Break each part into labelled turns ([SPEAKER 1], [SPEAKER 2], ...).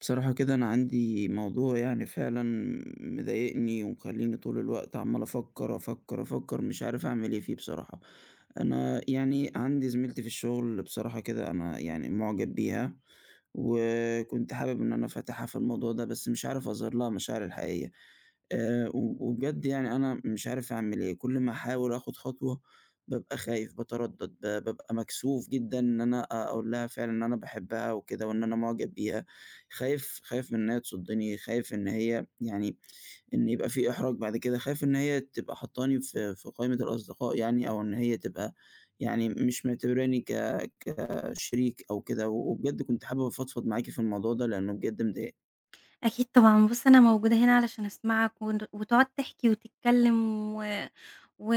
[SPEAKER 1] بصراحة كده، أنا عندي موضوع يعني فعلًا مضايقني ومخلّيني طول الوقت عمّال أفكّر، أفكّر، أفكّر. مش عارف أعمل إيه فيه بصراحة. أنا يعني عندي زميلتي في الشغل، بصراحة كده أنا يعني معجب بيها، وكنت حابب إن أنا أفتحها في الموضوع ده، بس مش عارف أظهر لها مشاعري الحقيقية. و وبجد يعني أنا مش عارف أعمل إيه. كل ما أحاول آخُد خطوة، بابقى خايف، باتردّد، بابقى مكسوف جدًا إن أنا أقول لها فعلًا إن أنا باحبها وكده، وإن أنا معجب بيها. خايف خايف من إن هي تصُدّني، خايف إن هي يعني إن يبقى في إحراج بعد كده، خايف إن هي تبقى حاطّاني في قائمة الأصدقاء، يعني أو إن هي تبقى يعني مش معتبراني كشريك أو كده. وبجد كنت حابب أفضفض معاكِ في الموضوع ده، لإنه بجد مضايقني.
[SPEAKER 2] أكيد طبعًا، بُص أنا موجودة هنا علشان أسمعك ون وتقعد تحكي وتتكلم و و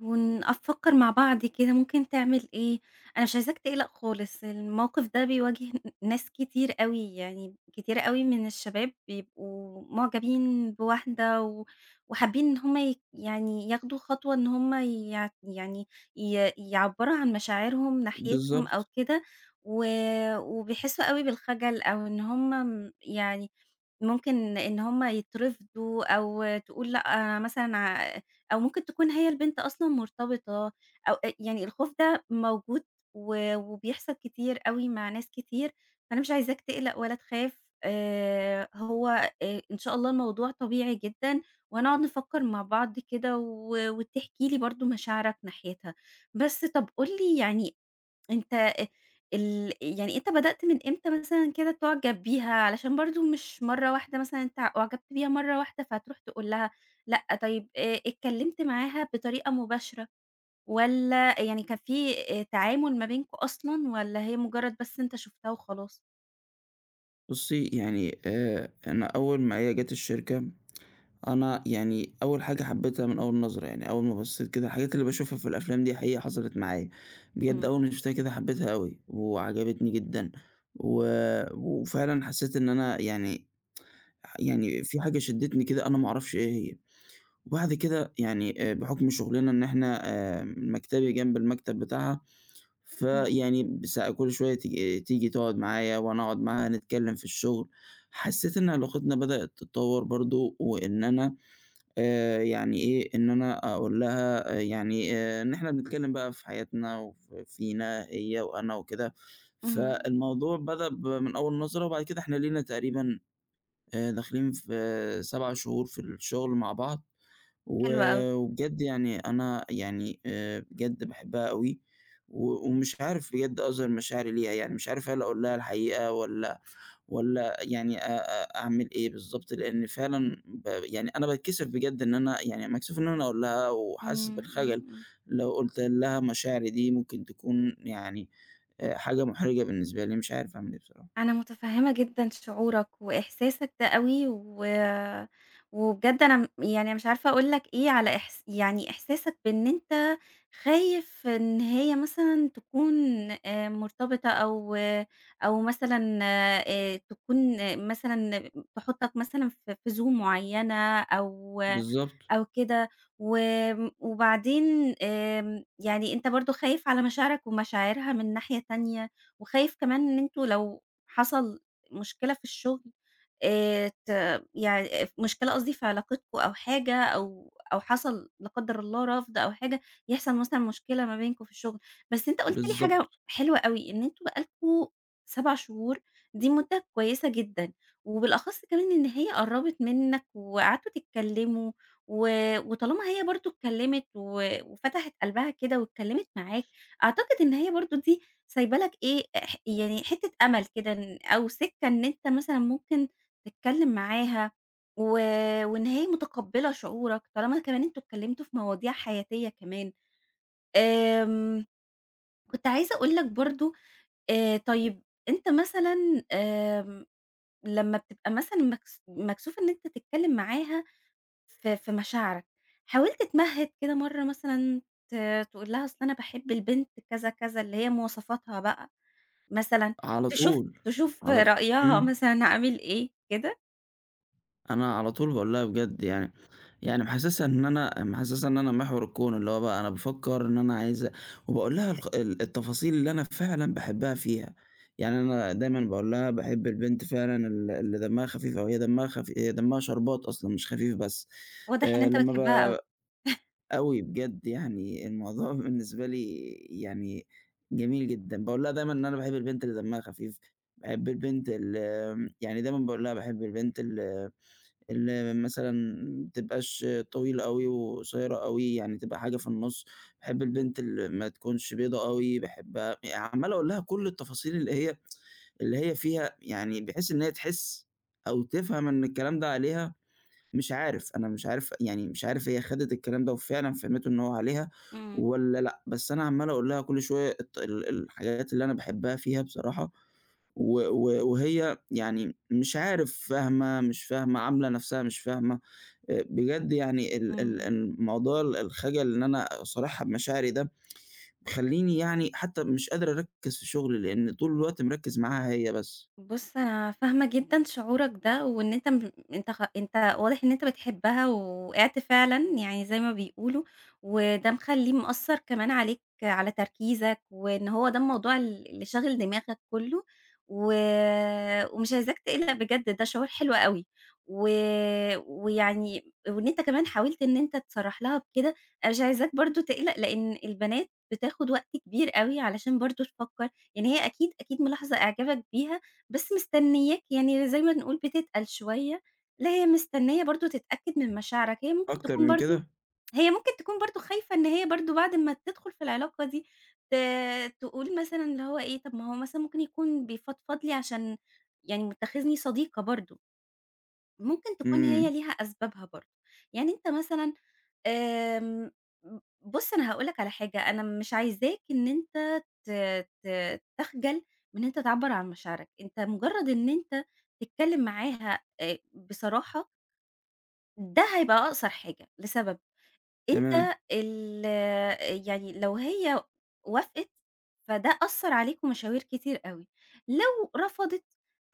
[SPEAKER 2] ون أفكّر مع بعض كده ممكن تعمل إيه، أنا مش عايزاك تقلق خالص، الموقف ده بيواجه ناس كتير أوي، يعني كتير أوي من الشباب بيبقوا معجبين بواحدة وحابين إن هم يعني ياخدوا خطوة إن هم يعني ي يعبّروا عن مشاعرهم ناحيتهم أو
[SPEAKER 1] بالضبط.
[SPEAKER 2] كده، و وبيحسّوا أوي بالخجل أو إن هم يعني ممكن إن هُم يترفضوا أو تقول لأ مثلًا أو ممكن تكون هي البنت أصلًا مرتبطة أو يعني الخوف ده موجود وبيحصل كتير أوي مع ناس كتير، فأنا مش عايزاك تقلق ولا تخاف هو إن شاء الله الموضوع طبيعي جدًا، وهنقعد نفكّر مع بعض كده وتحكي لي برضه مشاعرك ناحيتها. بس طَب قُل لي يعني أنت أ ال يعني أنت بدأت من إمتى مثلًا كده تُعجب بيها؟ علشان برضه مش مرّة واحدة مثلًا أنت أُعجبت بيها مرّة واحدة فهتروح تقول لها لأ، طيب اتكلمت معاها بطريقة مباشرة والّا يعني كان في تعامل ما بينكم أصلًا والّا هي مجرد بس أنت شُفتها وخلاص؟
[SPEAKER 1] بُصّي، يعني أنا أول ما هي جات الشركة، أنا يعني أول حاجة حبيتها من أول نظرة. يعني أول ما بصّيت كده، الحاجات اللي باشوفها في الأفلام دي حقيقة حصلت معايا. بجد
[SPEAKER 2] إمم،
[SPEAKER 1] أول ما شُفتها كده حبيتها أوي، وعجبتني جدًا. و وفعلًا حسّيت إن أنا يعني في حاجة شدّتني كده، أنا ما أعرفش إيه هي. وبعد كده يعني بحُكم شُغلنا إن إحنا مكتبي جنب المكتب بتاعها،
[SPEAKER 2] إمم،
[SPEAKER 1] فيعني بس كل شوية تيجي تقعد معايا، وأنا أقعد معاها نتكلّم في الشُغل. حسّيت إن علاقتنا بدأت تتطوّر برضه، وإن أنا يعني إيه، إن أنا أقول لها يعني إن إحنا بنتكلّم بقى في حياتنا، وف فينا هي وأنا وكده.
[SPEAKER 2] اهم،
[SPEAKER 1] فالموضوع بدأ من أول نظرة، وبعد كده إحنا لينا تقريبًا داخلين في 7 شهور في الشغل مع بعض. و
[SPEAKER 2] حلو أوي.
[SPEAKER 1] وبجد يعني أنا يعني بجد باحبها أوي. و ومش عارف بجد أظهر مشاعري ليها. يعني مش عارف هل أقول لها الحقيقة والّا يعني أ أ أعمل إيه بالضبط؟ لإن فعلًا يعني أنا باتكسف بجد إن أنا يعني مكسوف إن أنا أقول لها، وحاسس
[SPEAKER 2] إمم، إمم،
[SPEAKER 1] بالخجل.
[SPEAKER 2] إمم.
[SPEAKER 1] لو قُلت لها مشاعري دي، ممكن تكون يعني حاجة محرجة بالنسبة لي. مش عارف أعمل إيه بصراحة.
[SPEAKER 2] أنا متفهمة جدًا شعورك وإحساسك ده أوي، وبجد أنا يعني مش عارفة أقول لك إيه على يعني إحساسك بإن أنت خايف إن هي مثلًا تكون مرتبطة أو مثلًا تكون آه، مثلًا تحطك مثلًا في زون معينة أو
[SPEAKER 1] بالضبط،
[SPEAKER 2] أو كده، وبعدين آمم، يعني أنت برضه خايف على مشاعرك ومشاعرها من ناحية تانية، وخايف كمان إن أنتم لو حصل مشكلة في الشغل ت يعني ف مشكلة قصدي في علاقتكم أو حاجة أو حصل لا قدّر الله رفض أو حاجة، يحصل مثلًا مشكلة ما بينكم في الشغل، بس أنت قُلت لي حاجة
[SPEAKER 1] بالضبط،
[SPEAKER 2] حلوة أوي، إن أنتم بقى لكم 7 شهور، دي مدة كويسة جدًا، وبالأخص كمان إن هي قرّبت منك وقعدتوا تتكلموا، و وطالما هي برضه اتكلمت وفتحت قلبها كده واتكلمت معاك، أعتقد إن هي برضه دي سايبة لك إيه، يعني حتّة أمل كده إن أو سِكّة إن أنت مثلًا ممكن تتكلّم معاها و وإن هي متقبّلة شعورك، طالما كمان أنتم اتكلّمتوا في مواضيع حياتية كمان. آمم، كنت عايزة أقول لك برضه طيب أنت مثلًا آمم، لمّا بتبقى مثلًا مكسوف إن أنت تتكلّم معاها في مشاعرك، حاولت تمهِّد كده مرّة مثلًا ت تقول لها أصل أنا باحب البنت كذا، كذا، اللي هي مواصفاتها بقى مثلًا
[SPEAKER 1] على طول،
[SPEAKER 2] تشوف
[SPEAKER 1] على ط
[SPEAKER 2] رأيها
[SPEAKER 1] إمم.
[SPEAKER 2] مثلًا عامل إيه كده،
[SPEAKER 1] أنا على طول باقول لها بجد يعني محسّسها إن أنا محور الكون، اللي هو بقى أنا بافكّر إن أنا عايزة. وباقول لها الخ ال التفاصيل اللي أنا فعلًا باحبها فيها. يعني أنا دايمًا باقول لها باحب البنت فعلًا اللي دمّها خفيف أوي. هي دمّها شربات أصلًا، مش خفيف بس.
[SPEAKER 2] واضح إن أنت
[SPEAKER 1] لمّا
[SPEAKER 2] بتحبها أوي.
[SPEAKER 1] ب أوي بجد، يعني الموضوع بالنسبة لي يعني جميل جدًا. باقول لها دايمًا إن أنا باحب البنت اللي دمّها خفيف. باحب البنت ال آمم يعني دايمًا باقول لها باحب البنت اللي مثلًا ما تبقاش طويلة أوي وقصيرة أوي، يعني تبقى حاجة في النُص. باحب البنت اللي ما تكونش بيضة أوي. باحب يعني عمّال أقول لها كل التفاصيل اللي هي فيها، يعني بحيث إن هي تحس أو تفهم إن الكلام ده عليها. مش عارف، أنا مش عارف، يعني مش عارف هي خدِت الكلام ده وفعلًا فهمته إن هو عليها
[SPEAKER 2] إمم،
[SPEAKER 1] والّا لأ. بس أنا عمّال أقول لها كل شوية الط ال الحاجات اللي أنا باحبها فيها بصراحة. و و وهي يعني مش عارف فاهمة، مش فاهمة، عاملة نَفْسها مش فاهمة. بجد يعني ال ال
[SPEAKER 2] إمم.
[SPEAKER 1] الموضوع ال الخجل إن أنا أصارحها بمشاعري ده، مخلّيني يعني حتى مش قادر أركّز في شغلي، لإن طول الوقت مركّز معاها هي بس.
[SPEAKER 2] بُص، أنا فاهمة جدًا شعورك ده، وإن أنت واضح إن أنت بتحبها ووقعت فعلًا يعني زي ما بيقولوا، وده مخلّيه مأثّر كمان عليك على تركيزك، وإن هو ده الموضوع اللي شاغل دماغك كلّه، و ومش عايزاك تقلق بجد ده شعور حلو أوي، و ويعني وإن أنت كمان حاولت إن أنت تصرّح لها بكده، أنا مش عايزاك برضه تقلق لإن البنات بتاخد وقت كبير أوي علشان برضه تفكّر، يعني هي أكيد، أكيد ملاحظة إعجابك بيها بس مستنياك يعني زي ما نقول بتتقل شوية، لا هي مستنية برضه تتأكد من مشاعرك،
[SPEAKER 1] أكتر من كده؟
[SPEAKER 2] هي ممكن تكون برضه خايفة إن هي برضه بعد ما تدخل في العلاقة دي ت تقول مثلًا اللي هو إيه، طب ما هو مثلًا ممكن يكون بيفضفض لي عشان يعني متّخذني صديقة برضه. ممكن تكون
[SPEAKER 1] إمم.
[SPEAKER 2] هي ليها أسبابها برضه، يعني أنت مثلًا آمم، بُص أنا هاقول لك على حاجة، أنا مش عايزاك إن أنت ت ت تخجل من إن أنت تعبّر عن مشاعرك، أنت مجرد إن أنت تتكلم معاها بصراحة ده هيبقى أقصر حاجة لسبب
[SPEAKER 1] تمام.
[SPEAKER 2] أنت ال يعني لو هي وافقت، فده أثّر عليك ومشاوير كتير أوي، لو رفضت،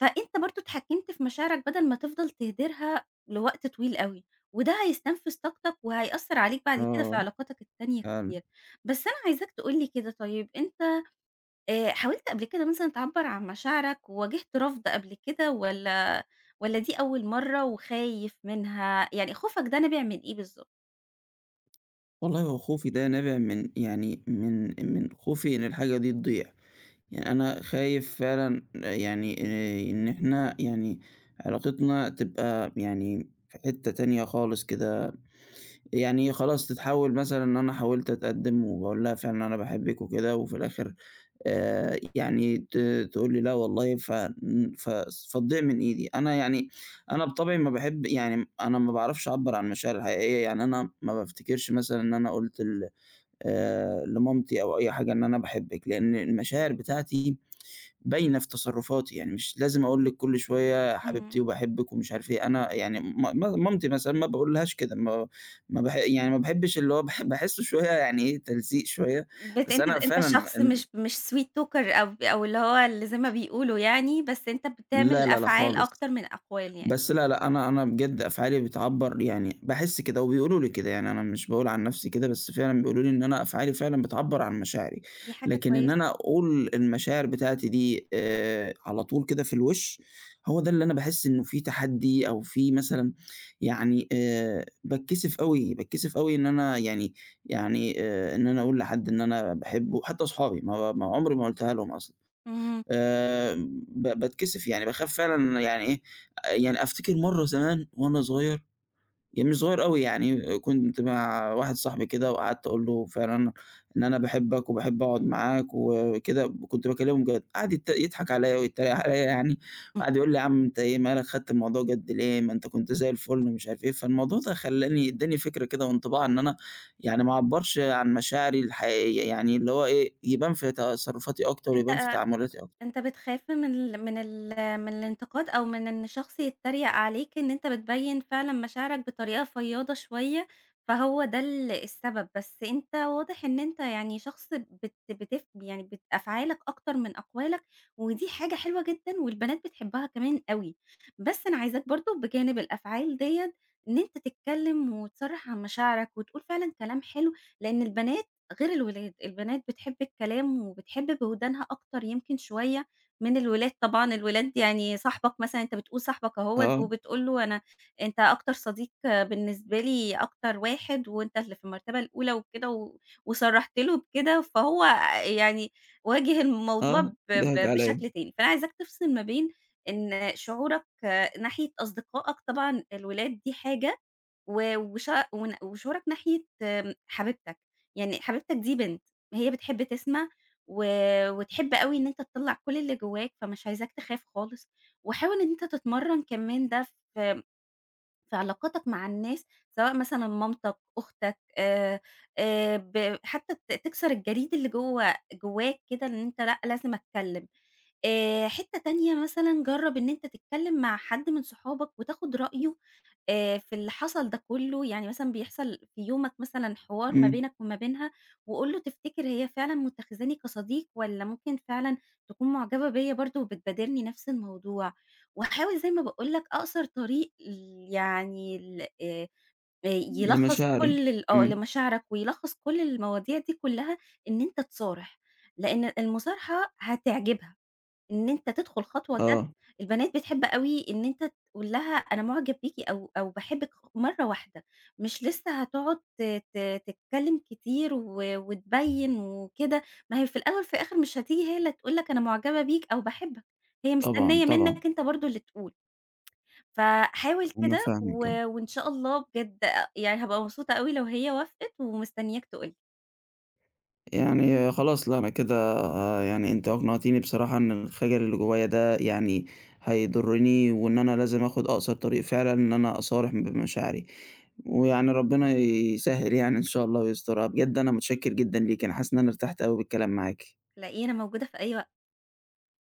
[SPEAKER 2] فأنت برضه اتحكمت في مشاعرك بدل ما تفضل تهدرها لوقت طويل أوي، وده هيستنفذ طاقتك وهيأثّر عليك بعد كده في
[SPEAKER 1] آه،
[SPEAKER 2] علاقاتك التانية
[SPEAKER 1] فعلًا.
[SPEAKER 2] كتير. بس أنا عايزاك تقول لي كده طيب أنت حاولت قبل كده مثلًا تعبّر عن مشاعرك، وواجهت رفض قبل كده والّا دي أول مرّة وخايف منها؟ يعني خوفك ده نابع من إيه بالضبط؟
[SPEAKER 1] والله هو خوفي ده نابع من، يعني، من خوفي إن الحاجة دي تضيع. يعني أنا خايف فعلًا، آه، يعني إن إحنا يعني علاقتنا تبقى يعني في حتّة تانية خالص كده. يعني خلاص تتحوّل مثلًا، إن أنا حاولت أتقدّم وباقول لها فعلًا أنا باحبِّك وكده، وفي الآخر يعني تقول لي لأ والله، ف ن ف فتضيع من إيدي. يعني أنا بطبعي ما باحب، يعني أنا ما باعرفش أعبّر عن مشاعري الحقيقية. يعني أنا ما بافتكرش مثلًا إن أنا قُلت ال لمامتي أو أي حاجة إن أنا باحبِك، لإن المشاعر بتاعتي باينة في تصرُّفاتي. يعني مش لازم أقول لِك كل شوية يا حبيبتي
[SPEAKER 2] اهم.
[SPEAKER 1] وباحبِك ومش عارف إيه. أنا يعني م م مامتي مثلًا ما باقولهاش كده. ما ما باح يعني ما باحبّش اللي هو باحسّه شوية، يعني إيه، تلزيق شوية. بس
[SPEAKER 2] أنت
[SPEAKER 1] أنا
[SPEAKER 2] أنت
[SPEAKER 1] فعلًا
[SPEAKER 2] شخص
[SPEAKER 1] م
[SPEAKER 2] مش sweet talker أو اللي هو اللي زي ما بيقولوا يعني، بس أنت
[SPEAKER 1] لا،
[SPEAKER 2] بتعمل
[SPEAKER 1] لا، لا
[SPEAKER 2] أفعال
[SPEAKER 1] خالص.
[SPEAKER 2] أكتر من أقوال يعني،
[SPEAKER 1] بس لأ، لأ، أنا بجد أفعالي بتعبّر، يعني باحس كده وبيقولوا لي كده. يعني أنا مش باقول عن نَفْسي كده، بس فعلًا بيقولوا لي إن أنا أفعالي فعلًا بتعبّر عن مشاعري.
[SPEAKER 2] دي حاجة
[SPEAKER 1] لكن إن
[SPEAKER 2] كويسة.
[SPEAKER 1] أنا أقول المشاعر بتاعتي دي على طول كده في الوِش، هو ده اللي أنا باحس إنه في تحدّي أو في مثلًا، يعني باتكسف أوي. باتكسف أوي إن أنا يعني إن أنا أقول لحد إن أنا باحبه. حتّى أصحابي، ما عُمري ما قُلتها لهم أصلًا.
[SPEAKER 2] إمم،
[SPEAKER 1] آآ باتكسف يعني باخاف فعلًا، يعني إيه. يعني أفتكر مرّة زمان وأنا صغير، يعني مش صغير أوي، يعني كنت مع واحد صاحبي كده، وقعدت أقول له فعلًا إن أنا باحبك وباحب أقعد معاك وكده. كنت باكلمه جد، قعد يضحك عليَّ ويتريق عليَّ، يعني وقعد يقول لي: "يا عم أنت إيه مالك خدت الموضوع جد ليه، ما أنت كنت زي الفل." ومش عارف إيه. فالموضوع ده خلّاني ادّاني فكرة كده وانطباع إن أنا يعني ما أعبّرش عن مشاعري الحقيقية، يعني اللي هو إيه، يبان في تصرفاتي أكتر ويبان في
[SPEAKER 2] أنت
[SPEAKER 1] تعاملاتي أكتر.
[SPEAKER 2] أنت بتخاف من ال من ال من الانتقاد أو من إن شخص يتريق عليك إن أنت بتبيّن فعلًا مشاعرك بطريقة فياضة شوية، فهو ده السبب، بس أنت واضح إن أنت يعني شخص بت بتف يعني بت أفعالك أكتر من أقوالك، ودي حاجة حلوة جدًا والبنات بتحبها كمان أوي، بس أنا عايزاك برضه بجانب الأفعال ديّة إن أنت تتكلّم وتصرّح عن مشاعرك وتقول فعلًا كلام حلو، لإن البنات غير الولاد، البنات بتحب الكلام وبتحب بودانها أكتر يمكن شوية من الولاد طبعًا، الولاد يعني صاحبك مثلًا أنت بتقول صاحبك أهوّة
[SPEAKER 1] آه،
[SPEAKER 2] وبتقول له أنا أنت أكتر صديق بالنسبة لي، أكتر واحد وأنت اللي في المرتبة الأولى وكده وصرّحت له بكده، فهو يعني واجه الموضوع
[SPEAKER 1] آه،
[SPEAKER 2] ب ب
[SPEAKER 1] ضحك عليَّ،
[SPEAKER 2] بشكل تاني، فأنا عايزاك تفصل ما بين إن شعورك ناحية أصدقائك طبعًا الولاد دي حاجة و وش ون وشعورك ناحية آمم، حبيبتك، يعني حبيبتك دي بنت، هي بتحب تسمع و وتحب أوي إن أنت تطلّع كل اللي جواك، فمش عايزاك تخاف خالص، وحاول إن أنت تتمرّن كمان ده في علاقاتك مع الناس، سواء مثلًا مامتك، أختك، ب حتى تكسر الجليد اللي جواك كده إن أنت لأ، لازم أتكلّم. حتّة تانية مثلًا جرّب إن أنت تتكلّم مع حد من صحابك وتاخد رأيه في اللي حصل ده كُلّه، يعني مثلًا بيحصل في يومك مثلًا حوار ما
[SPEAKER 1] إمم،
[SPEAKER 2] بينك وما بينها، وقُل له تفتكر هي فعلًا متّخذاني كصديق والّا ممكن فعلًا تكون معجبة بيّا برضه وبتبادرني نفس الموضوع، وحاول زي ما باقول لك أقصر طريق ل يعني ل آآ يلخّص
[SPEAKER 1] لمشاعري،
[SPEAKER 2] كل ال آه،
[SPEAKER 1] إمم،
[SPEAKER 2] لمشاعرك ويلخّص كل المواضيع دي كُلّها إن أنت تصارح، لإن المصارحة هتعجبها. إن أنت تدخل خطوة جد،
[SPEAKER 1] آه،
[SPEAKER 2] البنات بتحب أوي إن أنت تقول لها أنا معجب بيكِ أو باحبِك مرّة واحدة، مش لسه هتقعد ت ت تتكلم كتير وتبيّن وكده، ما هي في الأول في الآخر مش هتيجي هي اللي تقول لك أنا معجبة بيك أو باحبك، هي
[SPEAKER 1] طبعًا،
[SPEAKER 2] مستنية
[SPEAKER 1] طبعًا،
[SPEAKER 2] منّك أنت برضه اللي تقول، فحاول
[SPEAKER 1] أنا
[SPEAKER 2] كده
[SPEAKER 1] فاهمِك، آه.
[SPEAKER 2] وإن شاء الله بجد يعني هابقى مبسوطة أوي لو هي وافقت ومستنياك تقول لي،
[SPEAKER 1] يعني خلاص لأ، أنا كده يعني أنتِ أقنعتيني بصراحة إن الخجل اللي جوايا ده يعني هيضرني، وإن أنا لازم آخد أقصر طريق فعلًا إن أنا أصارح بمشاعري. ويعني ربنا يسهّل، يعني إن شاء الله ويسترها. بجد أنا متشكر جدًا ليكِ، أنا حاسس إن أنا ارتحت أوي بالكلام معاكِ.
[SPEAKER 2] تلاقيني أنا موجودة في أي وقت.